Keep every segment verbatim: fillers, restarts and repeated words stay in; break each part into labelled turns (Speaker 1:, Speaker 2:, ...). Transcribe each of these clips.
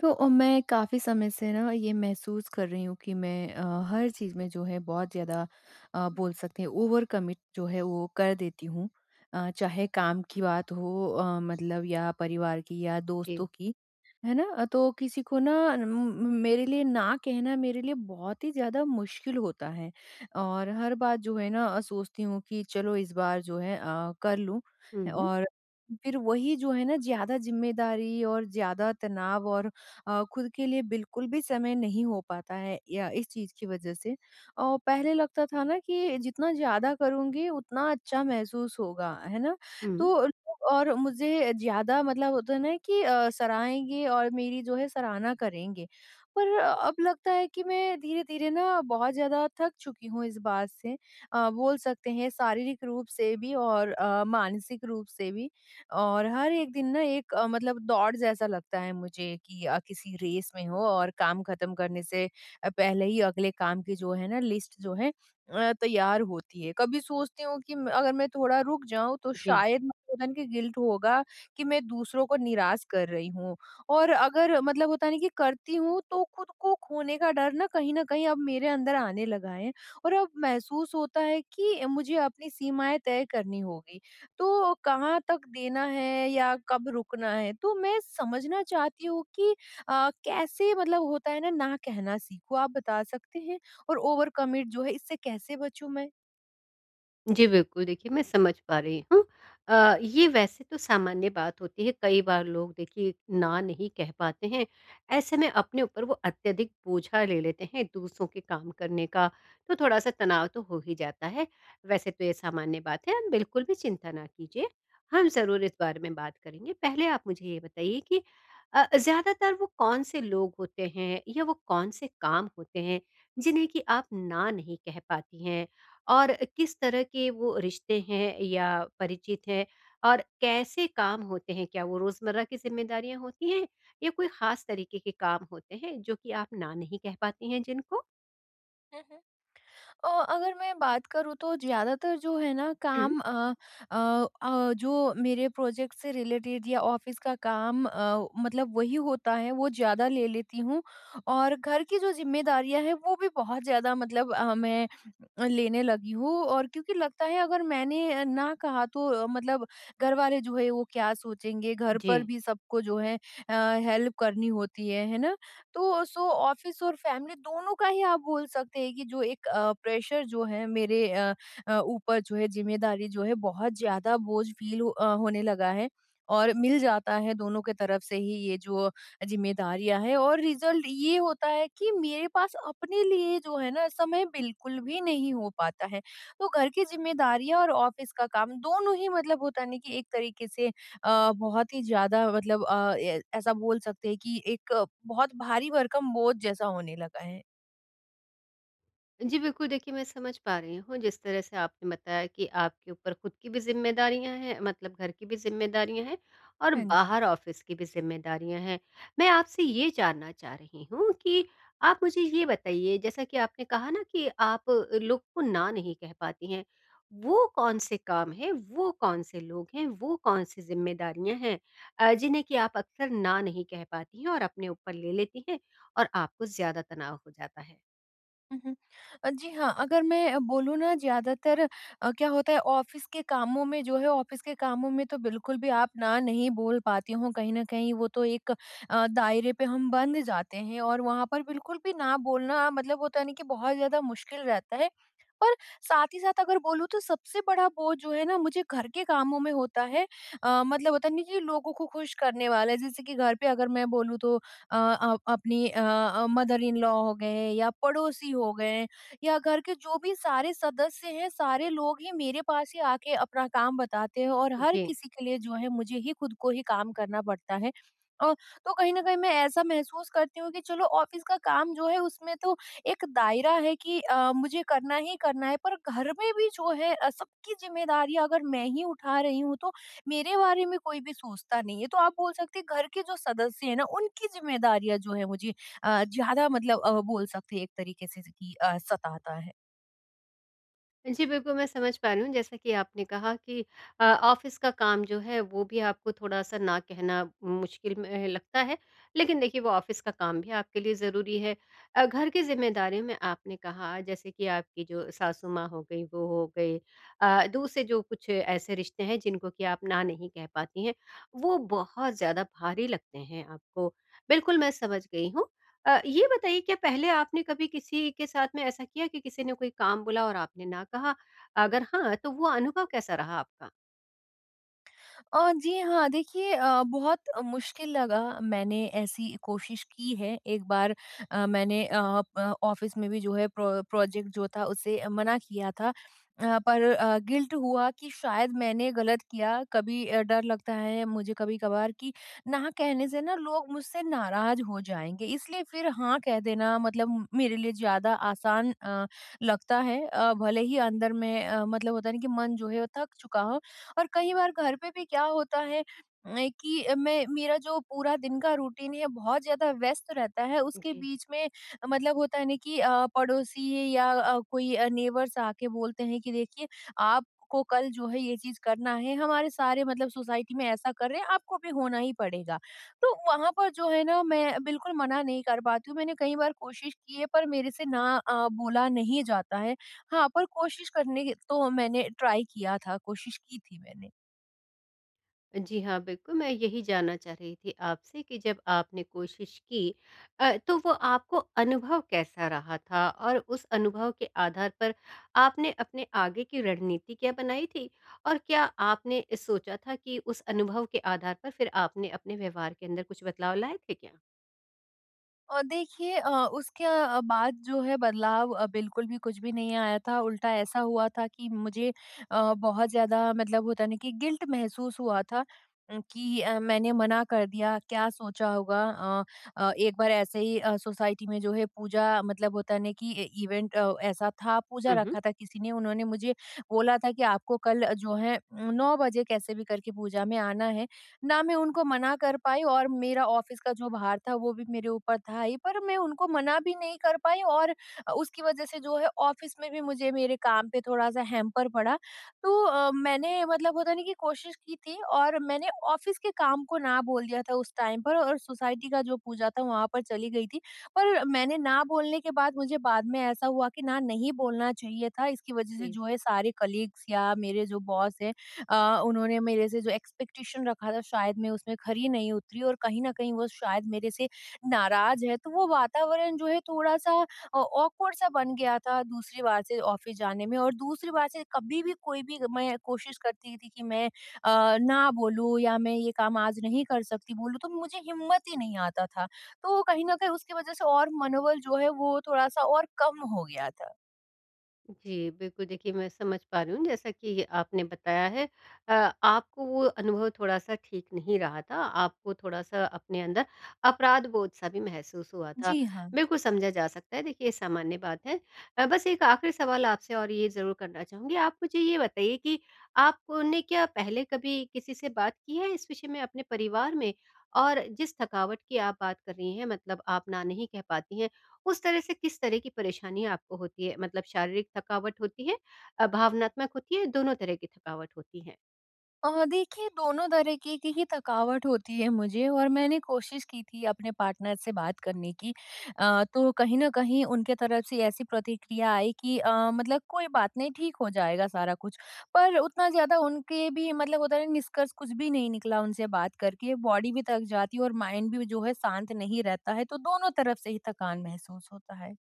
Speaker 1: तो अ, मैं काफ़ी समय से ना ये महसूस कर रही हूँ कि मैं, अ, हर चीज़ में जो है बहुत ज़्यादा, अ, बोल सकते हैं ओवर कमिट जो है वो कर देती हूँ। अ, चाहे काम की बात हो, अ, मतलब या परिवार की या
Speaker 2: जी।
Speaker 1: दोस्तों की, है ना? अ, तो किसी को ना म म- मेरे लिए ना कहना मेरे लिए बहुत ही ज़्यादा मुश्किल होता है, और हर बात जो है ना, अ, सोचती हूँ कि चलो इस बार जो है अ, कर लूँ।
Speaker 2: हुँ, हुँ।
Speaker 1: और फिर वही जो है ना, ज़्यादा ज़िम्मेदारी और ज़्यादा तनाव और अ, खुद के लिए बिल्कुल भी समय नहीं हो पाता है या इस चीज़ की वजह से। और पहले लगता था ना कि जितना ज़्यादा करूँगी उतना अच्छा महसूस होगा, है ना?
Speaker 2: हुँ,
Speaker 1: तो लोग और मुझे ज़्यादा मतलब होता है ना कि अ, सराहेंगे और मेरी जो है सराहना करेंगे। पर अ, अब लगता है कि मैं धीरे-धीरे ना बहुत ज़्यादा थक चुकी हूँ इस बात से। अ, बोल सकते हैं शारीरिक रूप से भी, और अ, मानसिक रूप से भी। और हर एक दिन ना एक, अ, मतलब दौड़ जैसा लगता है मुझे कि अ, किसी रेस में हो, और काम खत्म करने से अ, पहले ही अगले काम की जो है ना लिस्ट जो है अ, तैयार होती है। कभी सोचती हूँ कि म- अगर मैं थोड़ा रुक जाऊं तो
Speaker 2: जी।
Speaker 1: शायद मुझे होता नहीं कि गिल्ट होगा कि मैं दूसरों को निराश कर रही हूँ, और अगर मतलब होता नहीं कि करती हूँ तो खुद को खोने का डर ना कहीं ना कहीं अब मेरे अंदर आने लगा है। और अब महसूस होता है कि मुझे अपनी सीमाएं तय करनी होगी, तो कहाँ तक देना है या कब रुकना है? तो मैं समझना चाहती हूँ कि अ, कैसे मतलब होता है ना, ना कहना सीखूँ? आप बता सकते हैं? और ओवर कमिट जो है इससे कैसे बचूँ मैं?
Speaker 2: जी, बिल्कुल, देखिए मैं समझ पा रही हूँ। अ, ये वैसे तो सामान्य बात होती है, कई बार लोग देखिए ना नहीं कह पाते हैं, ऐसे में अपने ऊपर वो अत्यधिक बोझा ले लेते हैं दूसरों के काम करने का, तो थोड़ा-सा तनाव तो हो ही जाता है। वैसे तो ये सामान्य बात है, आप बिल्कुल भी चिंता ना कीजिए, हम ज़रूर इस बारे में बात करेंगे। पहले आप मुझे ये बताइए कि अ, ज़्यादातर वो कौन-से लोग होते हैं या वो कौन-से काम होते हैं, जिन्हें कि आप ना नहीं कह पाती हैं? और किस तरह के वो रिश्ते हैं या परिचित हैं? और कैसे काम होते हैं? क्या वो रोज़मर्रा की ज़िम्मेदारियाँ होती हैं या कोई ख़ास तरीके के काम होते हैं जो कि आप ना नहीं कह पाती हैं जिनको?
Speaker 1: अ, अगर मैं बात करूँ तो ज़्यादातर जो है ना
Speaker 2: हुँ,
Speaker 1: काम, अ अ अ, जो मेरे प्रोजेक्ट से रिलेटेड या ऑफ़िस का काम, अ, मतलब वही होता है वो ज़्यादा ले लेती हूँ। और घर की जो ज़िम्मेदारियाँ हैं वो भी बहुत ज़्यादा मतलब अ, मैं लेने लगी हूँ, और क्योंकि लगता है अगर मैंने ना कहा तो अ, मतलब घर वाले जो है वो क्या सोचेंगे? घर
Speaker 2: जी।
Speaker 1: पर भी सबको जो है अ, हेल्प करनी होती है, है ना? तो सो ऑफिस और फैमिली दोनों का ही आप बोल सकते हैं कि जो एक अ, प्रेशर जो है मेरे अ, अ, ऊपर जो है जिम्मेदारी जो है बहुत ज्यादा बोझ फील हो, अ, होने लगा है। और मिल जाता है दोनों के तरफ से ही ये जो जिम्मेदारियां है, और रिजल्ट ये होता है कि मेरे पास अपने लिए जो है ना समय बिल्कुल भी नहीं हो पाता है। तो घर की जिम्मेदारियां और ऑफिस का काम दोनों ही मतलब होता नहीं कि एक तरीके से अ, बहुत ही ज़्यादा मतलब, अ, ए ऐसा बोल सकते हैं कि एक अ, बहुत भारी भरकम बोझ जैसा होने लगा है।
Speaker 2: जी, बिल्कुल देखिए मैं समझ पा रही हूँ जिस तरह से आपने बताया कि आपके ऊपर खुद की भी ज़िम्मेदारियाँ हैं मतलब घर की भी ज़िम्मेदारियाँ हैं और
Speaker 1: हाँ जी।
Speaker 2: बाहर ऑफ़िस की भी ज़िम्मेदारियाँ हैं। मैं आपसे ये जानना चाह रही हूँ कि आप मुझे ये बताइए जैसा कि आपने कहा ना कि आप लोग को ना नहीं कह पाती हैं, वो कौन-से काम हैं, वो कौन-से लोग हैं, वो कौन-सी ज़िम्मेदारियाँ हैं अ, जिन्हें कि आप अक्सर ना नहीं कह पाती हैं और अपने ऊपर ले लेती हैं और आपको ज़्यादा तनाव हो जाता है?
Speaker 1: उहुँ। अ, जी हाँ, अगर मैं अ, बोलूँ ना ज़्यादातर, अ, क्या होता है ऑफ़िस के कामों में जो है, ऑफ़िस के कामों में तो बिल्कुल भी आप ना नहीं बोल पाती हूँ। कहीं न कहीं वो तो एक अ, दायरे पे हम बंध जाते हैं, और वहाँ पर बिल्कुल भी ना बोलना मतलब होता नहीं कि बहुत ज़्यादा मुश्किल रहता है। और साथ ही साथ अगर बोलूँ तो सबसे बड़ा बोझ जो है ना मुझे घर के कामों में होता है। अ, मतलब होता नहीं कि लोगों को खुश करने वाला है। जैसे कि घर पे अगर मैं बोलूँ तो, अ, अ, अपनी अ, मदर इन लॉ हो गए, या पड़ोसी हो गए, या घर के जो भी सारे सदस्य हैं, सारे लोग ही मेरे पास ही आके अपना काम बताते हैं, और हर
Speaker 2: जी।
Speaker 1: किसी के लिए जो है मुझे ही खुद को ही काम करना पड़ता है। अ, तो कहीं ना कहीं मैं ऐसा महसूस करती हूँ कि चलो ऑफिस का काम जो है उसमें तो एक दायरा है कि अ, मुझे करना ही करना है, पर घर में भी जो है अ, सबकी जिम्मेदारी अगर मैं ही उठा रही हूँ तो मेरे बारे में कोई भी सोचता नहीं है। तो आप बोल सकते हैं घर के जो सदस्य हैं ना उनकी जिम्मेदारियाँ जो है मुझे अ, ज़्यादा मतलब, अ, बोल सकते हैं एक तरीके से कि अ, सताता है।
Speaker 2: जी, बिल्कुल, मैं समझ पा रही हूँ। जैसा कि आपने कहा कि अ, ऑफ़िस का काम जो है, वो भी आपको थोड़ा-सा ना कहना मुश्किल में लगता है, लेकिन देखिए, वो ऑफ़िस का काम भी आपके लिए ज़रूरी है। अ, घर की ज़िम्मेदारियों में आपने कहा, जैसे कि आपकी जो सासू माँ हो गई, वो हो गई अ, दूसरे जो कुछ ऐसे रिश्ते हैं, जिनको कि आप ना नहीं कह पाती हैं, वो बहुत ज़्यादा भारी लगते हैं आपको। बिल्कुल, मैं समझ गई हूँ। अ, ये बताइए क्या पहले आपने कभी किसी के साथ में ऐसा किया कि किसी ने कोई काम बोला और आपने ना कहा? अगर हाँ, तो वो अनुभव कैसा रहा आपका?
Speaker 1: अ, जी हाँ, देखिए, अ, बहुत मुश्किल लगा। मैंने ऐसी कोशिश की है, एक बार अ, मैंने अ, अ, ऑफ़िस में भी जो है प्रो प्रोजेक्ट जो था उसे मना किया था। अ, पर अ, गिल्ट हुआ कि शायद मैंने गलत किया, कभी अ, डर लगता है मुझे कभी-कभार कि ना कहने से ना लोग मुझसे नाराज़ हो जाएँगे, इसलिए फिर हाँ कह देना मतलब मेरे लिए ज़्यादा आसान अ, लगता है। अ, भले ही अंदर में, अ, मतलब होता है ना कि मन जो है वो थक चुका हो। और कई बार घर पे भी क्या होता है, अ, कि अ, मैं मेरा जो पूरा दिन का रूटीन है बहुत ज्यादा व्यस्त रहता है, उसके
Speaker 2: जी।
Speaker 1: बीच में, अ, मतलब होता है ना कि अ, पड़ोसी है, या अ, कोई नेबर्स आके बोलते हैं कि देखिए आपको कल जो है ये चीज करना है, हमारे सारे मतलब सोसाइटी में ऐसा कर रहे हैं, आपको भी होना ही पड़ेगा। तो वहां पर जो है ना मैं बिल्कुल मना नहीं कर पाती हूँ। मैंने कई बार कोशिश की है, पर मेरे से ना अ, बोला नहीं जाता है। हाँ, पर कोशिश करने की तो मैंने ट्राई किया था, कोशिश की थी मैंने।
Speaker 2: जी हाँ, बिल्कुल मैं यही जानना चाह रही थी आपसे कि जब आपने कोशिश की अ, तो वो आपको अनुभव कैसा रहा था? और उस अनुभव के आधार पर आपने अपने आगे की रणनीति क्या बनाई थी? और क्या आपने सोचा था कि उस अनुभव के आधार पर फिर आपने अपने व्यवहार के अंदर कुछ बदलाव लाए थे क्या?
Speaker 1: और देखिए अ, उसके अ, बाद जो है बदलाव अ, बिल्कुल भी कुछ भी नहीं आया था। उल्टा ऐसा हुआ था कि मुझे अ, बहुत ज़्यादा मतलब होता है ना कि गिल्ट महसूस हुआ था। उम, कि अ, मैंने मना कर दिया, क्या सोचा होगा? अ अ, एक बार ऐसे ही अ, सोसाइटी में जो है पूजा, मतलब होता है ना कि इ इवेंट अ, ऐसा था। पूजा
Speaker 2: हुँ,
Speaker 1: रखा था किसी ने, उन्होंने मुझे बोला था कि आपको कल जो है उम, नौ बजे कैसे भी करके पूजा में आना है। ना मैं उनको मना कर पाई, और मेरा ऑफिस का जो भार था वो भी मेरे ऊपर था ही, पर मैं उनको मना भी नहीं कर पाई, और उसकी वजह से जो है ऑफिस में भी मुझे मेरे काम पे थोड़ा सा हैम्पर पड़ा। तो अ, मैंने मतलब होता नहीं कि कोशिश की थी, और मैंने ऑफिस के काम को ना बोल दिया था उस टाइम पर, और सोसाइटी का जो पूजा था वहाँ पर चली गई थी। पर मैंने ना बोलने के बाद मुझे बाद में ऐसा हुआ कि ना नहीं बोलना चाहिए था, इसकी वजह से
Speaker 2: हुँ।
Speaker 1: जो है सारे कलीग्स या मेरे जो बॉस हैं अ, उन्होंने मेरे से जो एक्सपेक्टेशन रखा था शायद मैं उसमें खरी नहीं उतरी, और कहीं न कहीं वो शायद मेरे से नाराज़ है। तो वो वातावरण जो है थोड़ा-सा अ, ऑकवर्ड सा बन गया था दूसरी बार से ऑफ़िस जाने में, और दूसरी बार से कभी भी कोई भी मैं कोशिश करती थी कि मैं अ, ना बोलूँ या मैं ये काम आज नहीं कर सकती बोलूँ, तो मुझे हिम्मत ही नहीं आता था। तो कहीं न कहीं उसकी वज़ह से और मनोबल जो है वो थोड़ा-सा और कम हो गया था।
Speaker 2: जी, बिल्कुल देखिए मैं समझ पा रही हूँ जैसा कि आपने बताया है अ, आपको वो अनुभव थोड़ा-सा ठीक नहीं रहा था, आपको थोड़ा-सा अपने अंदर अपराध बोध-सा भी महसूस हुआ था।
Speaker 1: जी हाँ।
Speaker 2: बिल्कुल समझा जा सकता है देखिए ये सामान्य बात है। अ, बस एक आखिरी सवाल आपसे और ये ज़रूर करना चाहूँगी, आप मुझे ये बताइए कि आपने क्या पहले कभी किसी से बात की है इस विषय में अपने परिवार में? और जिस थकावट की आप बात कर रही हैं मतलब आप ना नहीं कह पाती हैं उस तरह से किस तरह की परेशानी आपको होती है? मतलब शारीरिक थकावट होती है अ, भावनात्मक होती है, दोनों तरह की थकावट होती है?
Speaker 1: अ, देखिए दोनों तरीके की ही थकावट होती है मुझे, और मैंने कोशिश की थी अपने पार्टनर से बात करने की। अ, तो कहीं न कहीं उनके तरफ से ऐसी प्रतिक्रिया आई कि अ, मतलब कोई बात नहीं, ठीक हो जाएगा सारा कुछ। पर उतना ज़्यादा उनके भी मतलब होता है ना, निष्कर्ष कुछ भी नहीं निकला उनसे बात करके। बॉडी भी थक जाती है, और माइंड भी जो है शांत नहीं रहता है, तो दोनों तरफ से ही थकान महसूस होता है।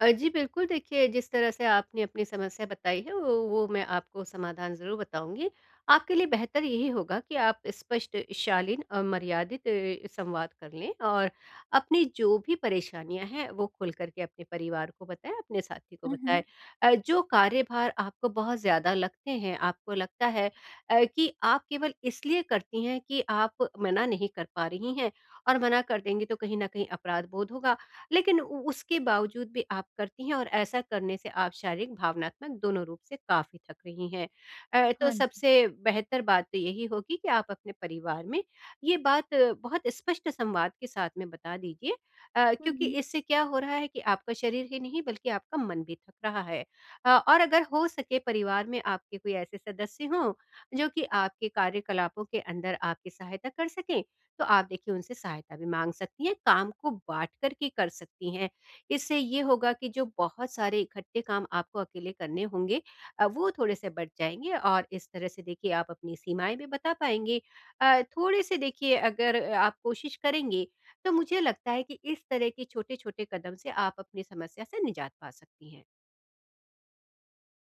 Speaker 2: अ, जी बिल्कुल, देखिए जिस तरह से आपने अपनी समस्या बताई है वो वो मैं आपको समाधान ज़रूर बताऊँगी। आपके लिए बेहतर यही होगा कि आप स्पष्ट, शालीन और मर्यादित अ, संवाद कर लें और अपनी जो भी परेशानियाँ हैं वो खुल कर के अपने परिवार को बताएँ, अपने साथी को
Speaker 1: हुँ,
Speaker 2: बताएँ।
Speaker 1: हुँ।
Speaker 2: अ, जो कार्यभार आपको बहुत ज़्यादा लगते हैं, आपको लगता है अ, कि आप केवल इसलिए करती हैं कि आप मना नहीं कर पा रही हैं और मना कर देंगी तो कहीं न कहीं अपराध बोध होगा लेकिन उ उसके बावजूद भी आप करती हैं और ऐसा करने से आप शारीरिक, भावनात्मक दोनों रूप से काफ़ी थक रही हैं। अ, तो
Speaker 1: हाँ जी।
Speaker 2: सबसे बेहतर बात तो यही होगी कि आप अपने परिवार में ये बात अ, बहुत स्पष्ट संवाद के साथ में बता दीजिए अ,
Speaker 1: हुँ,
Speaker 2: क्योंकि
Speaker 1: हुँ।
Speaker 2: इससे क्या हो रहा है कि आपका शरीर ही नहीं बल्कि आपका मन भी थक रहा है। अ, और अगर हो सके परिवार में आपके कोई ऐसे सदस्य हों, जो कि आपके कार्यकलापों के अंदर आपकी सहायता कर सकें, तो आप देखिए उनसे सहायता भी मांग सकती हैं, काम को बाँट कर के कर सकती हैं। इससे ये होगा कि जो बहुत सारे इकट्ठे काम आपको अकेले करने होंगे अ, वो थोड़े से बँट जाएँगे और इस तरह से देखिए आप अपनी सीमाएँ भी बता पाएँगे। अ, थोड़े से देखिए अगर अ, आप कोशिश करेंगे, तो मुझे लगता है कि इस तरह के छोटे-छोटे कदम से आप अपनी समस्या से निजात पा सकती हैं।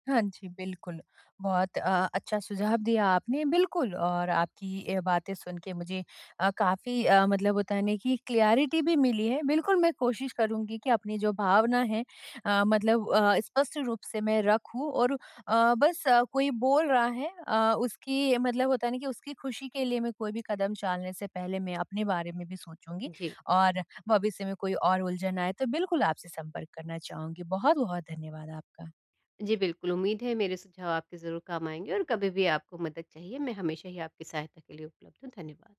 Speaker 1: हाँ जी, बिल्कुल। बहुत अ, अच्छा सुझाव दिया आपने, बिल्कुल, और आपकी ये बातें सुन के मुझे अ, काफ़ी अ, मतलब होता है ना कि क्लैरिटी भी मिली है। बिल्कुल, मैं कोशिश करूँगी कि अपनी जो भावना है अ, मतलब अ, स्पष्ट रूप से मैं रखूँ, और अ, बस अ, कोई बोल रहा है अ, उसकी मतलब होता है ना कि उसकी खुशी के लिए मैं कोई भी कदम चालने से पहले मैं अपने बारे में भी सोचूँगी,
Speaker 2: जी।
Speaker 1: और भविष्य में कोई और उलझन आए तो बिल्कुल आपसे संपर्क करना चाहूँगी। बहुत-बहुत धन्यवाद आपका।
Speaker 2: जी, बिल्कुल उम्मीद है मेरे सुझाव आपके ज़रूर काम आएँगे और कभी भी आपको मदद चाहिए मैं हमेशा ही आपकी सहायता के लिए उपलब्ध हूँ। धन्यवाद।